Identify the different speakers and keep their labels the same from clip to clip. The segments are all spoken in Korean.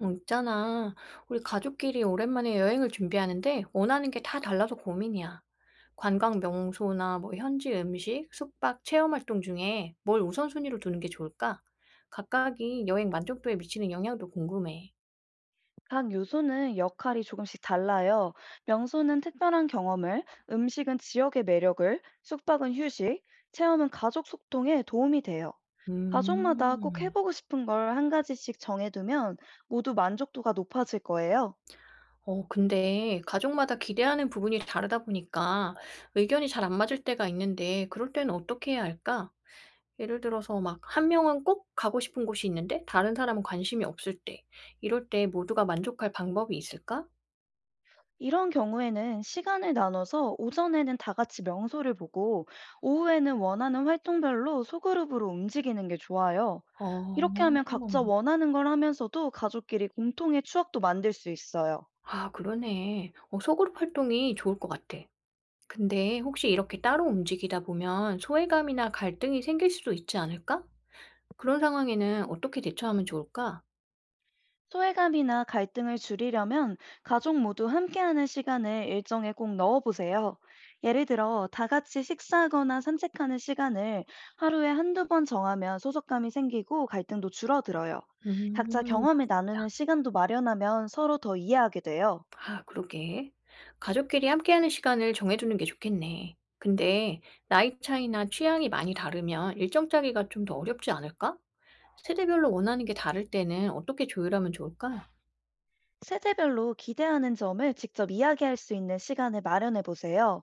Speaker 1: 있잖아. 우리 가족끼리 오랜만에 여행을 준비하는데 원하는 게 다 달라서 고민이야. 관광 명소나 뭐 현지 음식, 숙박, 체험 활동 중에 뭘 우선순위로 두는 게 좋을까? 각각이 여행 만족도에 미치는 영향도 궁금해.
Speaker 2: 각 요소는 역할이 조금씩 달라요. 명소는 특별한 경험을, 음식은 지역의 매력을, 숙박은 휴식, 체험은 가족 소통에 도움이 돼요. 가족마다 꼭
Speaker 1: 음.
Speaker 2: 해보고 싶은 걸 한 가지씩 정해두면 모두 만족도가 높아질 거예요.
Speaker 1: 근데 가족마다 기대하는 부분이 다르다 보니까 의견이 잘 안 맞을 때가 있는데 그럴 때는 어떻게 해야 할까? 예를 들어서 막 한 명은 꼭 가고 싶은 곳이 있는데 다른 사람은 관심이 없을 때 이럴 때 모두가 만족할 방법이 있을까?
Speaker 2: 이런 경우에는 시간을 나눠서 오전에는 다 같이 명소를 보고 오후에는 원하는 활동별로 소그룹으로 움직이는 게 좋아요. 이렇게
Speaker 1: 어.
Speaker 2: 하면 각자 원하는 걸 하면서도 가족끼리 공통의 추억도 만들 수 있어요.
Speaker 1: 아 그러네. 어 소그룹 활동이 좋을 것 같아. 근데 혹시 이렇게 따로 움직이다 보면 소외감이나 갈등이 생길 수도 있지 않을까? 그런 상황에는 어떻게 대처하면 좋을까?
Speaker 2: 소외감이나 갈등을 줄이려면 가족 모두 함께하는 시간을 일정에 꼭 넣어보세요. 예를 들어, 다 같이 식사하거나 산책하는 시간을 하루에 한두 번 정하면 소속감이 생기고 갈등도 줄어들어요. 각자 경험을
Speaker 1: 그렇겠다.
Speaker 2: 나누는 시간도 마련하면 서로 더 이해하게 돼요.
Speaker 1: 아, 그러게. 가족끼리 함께하는 시간을 정해두는 게 좋겠네. 근데 나이 차이나 취향이 많이 다르면 일정 짜기가 좀 더 어렵지 않을까? 세대별로 원하는 게 다를 때는 어떻게 조율하면 좋을까?
Speaker 2: 세대별로 기대하는 점을 직접 이야기할 수 있는 시간을 마련해 보세요.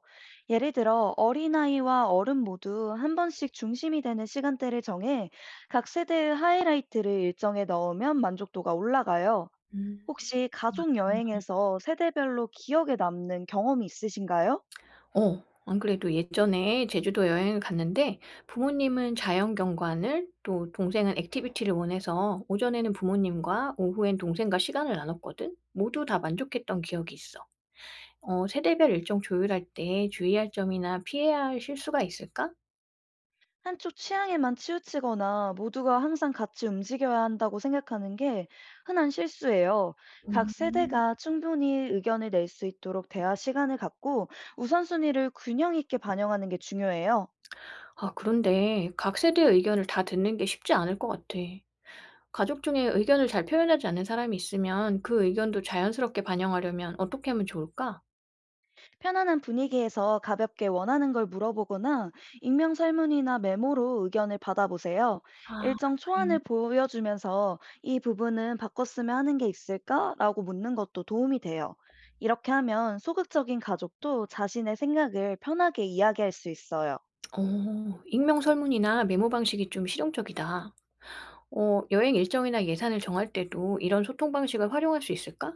Speaker 2: 예를 들어 어린아이와 어른 모두 한 번씩 중심이 되는 시간대를 정해 각 세대의 하이라이트를 일정에 넣으면 만족도가 올라가요.
Speaker 1: 음.
Speaker 2: 혹시 가족 여행에서 세대별로 기억에 남는 경험이 있으신가요?
Speaker 1: 안 그래도 예전에 제주도 여행을 갔는데 부모님은 자연 경관을 또 동생은 액티비티를 원해서 오전에는 부모님과 오후엔 동생과 시간을 나눴거든. 모두 다 만족했던 기억이 있어. 어 세대별 일정 조율할 때 주의할 점이나 피해야 할 실수가 있을까?
Speaker 2: 한쪽 취향에만 치우치거나 모두가 항상 같이 움직여야 한다고 생각하는 게 흔한 실수예요. 각
Speaker 1: 음.
Speaker 2: 세대가 충분히 의견을 낼 수 있도록 대화 시간을 갖고 우선순위를 균형 있게 반영하는 게 중요해요.
Speaker 1: 아, 그런데 각 세대의 의견을 다 듣는 게 쉽지 않을 것 같아. 가족 중에 의견을 잘 표현하지 않는 사람이 있으면 그 의견도 자연스럽게 반영하려면 어떻게 하면 좋을까?
Speaker 2: 편안한 분위기에서 가볍게 원하는 걸 물어보거나 익명 설문이나 메모로 의견을 받아보세요.
Speaker 1: 아,
Speaker 2: 일정
Speaker 1: 임,
Speaker 2: 초안을 보여주면서 "이 부분은 바꿨으면 하는 게 있을까? 라고 묻는 것도 도움이 돼요. 이렇게 하면 소극적인 가족도 자신의 생각을 편하게 이야기할 수 있어요.
Speaker 1: 익명 설문이나 메모 방식이 좀 실용적이다. 여행 일정이나 예산을 정할 때도 이런 소통 방식을 활용할 수 있을까?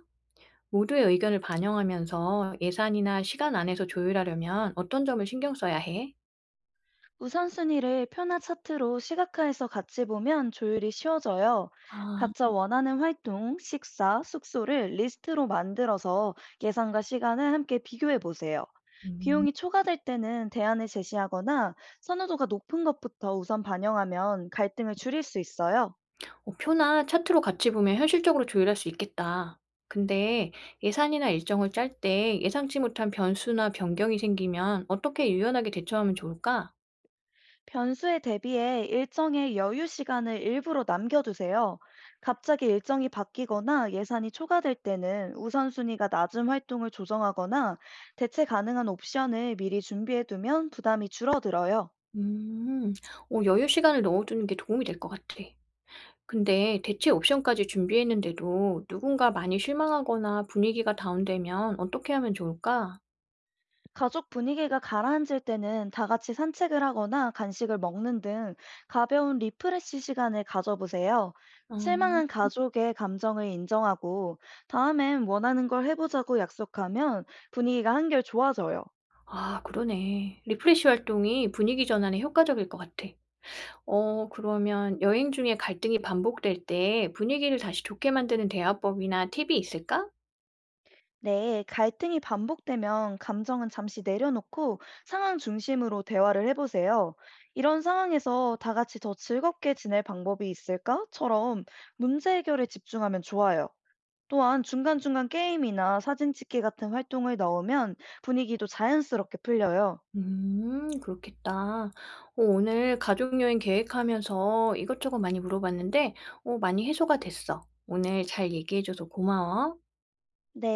Speaker 1: 모두의 의견을 반영하면서 예산이나 시간 안에서 조율하려면 어떤 점을 신경 써야 해?
Speaker 2: 우선순위를 표나 차트로 시각화해서 같이 보면 조율이 쉬워져요.
Speaker 1: 아
Speaker 2: 각자 원하는 활동, 식사, 숙소를 리스트로 만들어서 예산과 시간을 함께 비교해 보세요.
Speaker 1: 음.
Speaker 2: 비용이 초과될 때는 대안을 제시하거나 선호도가 높은 것부터 우선 반영하면 갈등을 줄일 수 있어요.
Speaker 1: 어 표나 차트로 같이 보면 현실적으로 조율할 수 있겠다. 근데 예산이나 일정을 짤 때 예상치 못한 변수나 변경이 생기면 어떻게 유연하게 대처하면 좋을까?
Speaker 2: 변수에 대비해 일정의 여유 시간을 일부러 남겨두세요. 갑자기 일정이 바뀌거나 예산이 초과될 때는 우선순위가 낮은 활동을 조정하거나 대체 가능한 옵션을 미리 준비해두면 부담이 줄어들어요.
Speaker 1: 음. 어 여유 시간을 넣어두는 게 도움이 될 것 같아. 근데 대체 옵션까지 준비했는데도 누군가 많이 실망하거나 분위기가 다운되면 어떻게 하면 좋을까?
Speaker 2: 가족 분위기가 가라앉을 때는 다 같이 산책을 하거나 간식을 먹는 등 가벼운 리프레시 시간을 가져보세요.
Speaker 1: 음.
Speaker 2: 실망한 가족의 감정을 인정하고 다음엔 원하는 걸 해보자고 약속하면 분위기가 한결 좋아져요.
Speaker 1: 아 그러네. 리프레시 활동이 분위기 전환에 효과적일 것 같아. 어 그러면 여행 중에 갈등이 반복될 때 분위기를 다시 좋게 만드는 대화법이나 팁이 있을까?
Speaker 2: 네, 갈등이 반복되면 감정은 잠시 내려놓고 상황 중심으로 대화를 해보세요. "이런 상황에서 다 같이 더 즐겁게 지낼 방법이 있을까?"처럼 문제 해결에 집중하면 좋아요. 또한 중간중간 게임이나 사진 찍기 같은 활동을 넣으면 분위기도 자연스럽게 풀려요.
Speaker 1: 그렇겠다. 어 오늘 가족 여행 계획하면서 이것저것 많이 물어봤는데 어 많이 해소가 됐어. 오늘 잘 얘기해 줘서 고마워.
Speaker 2: 네.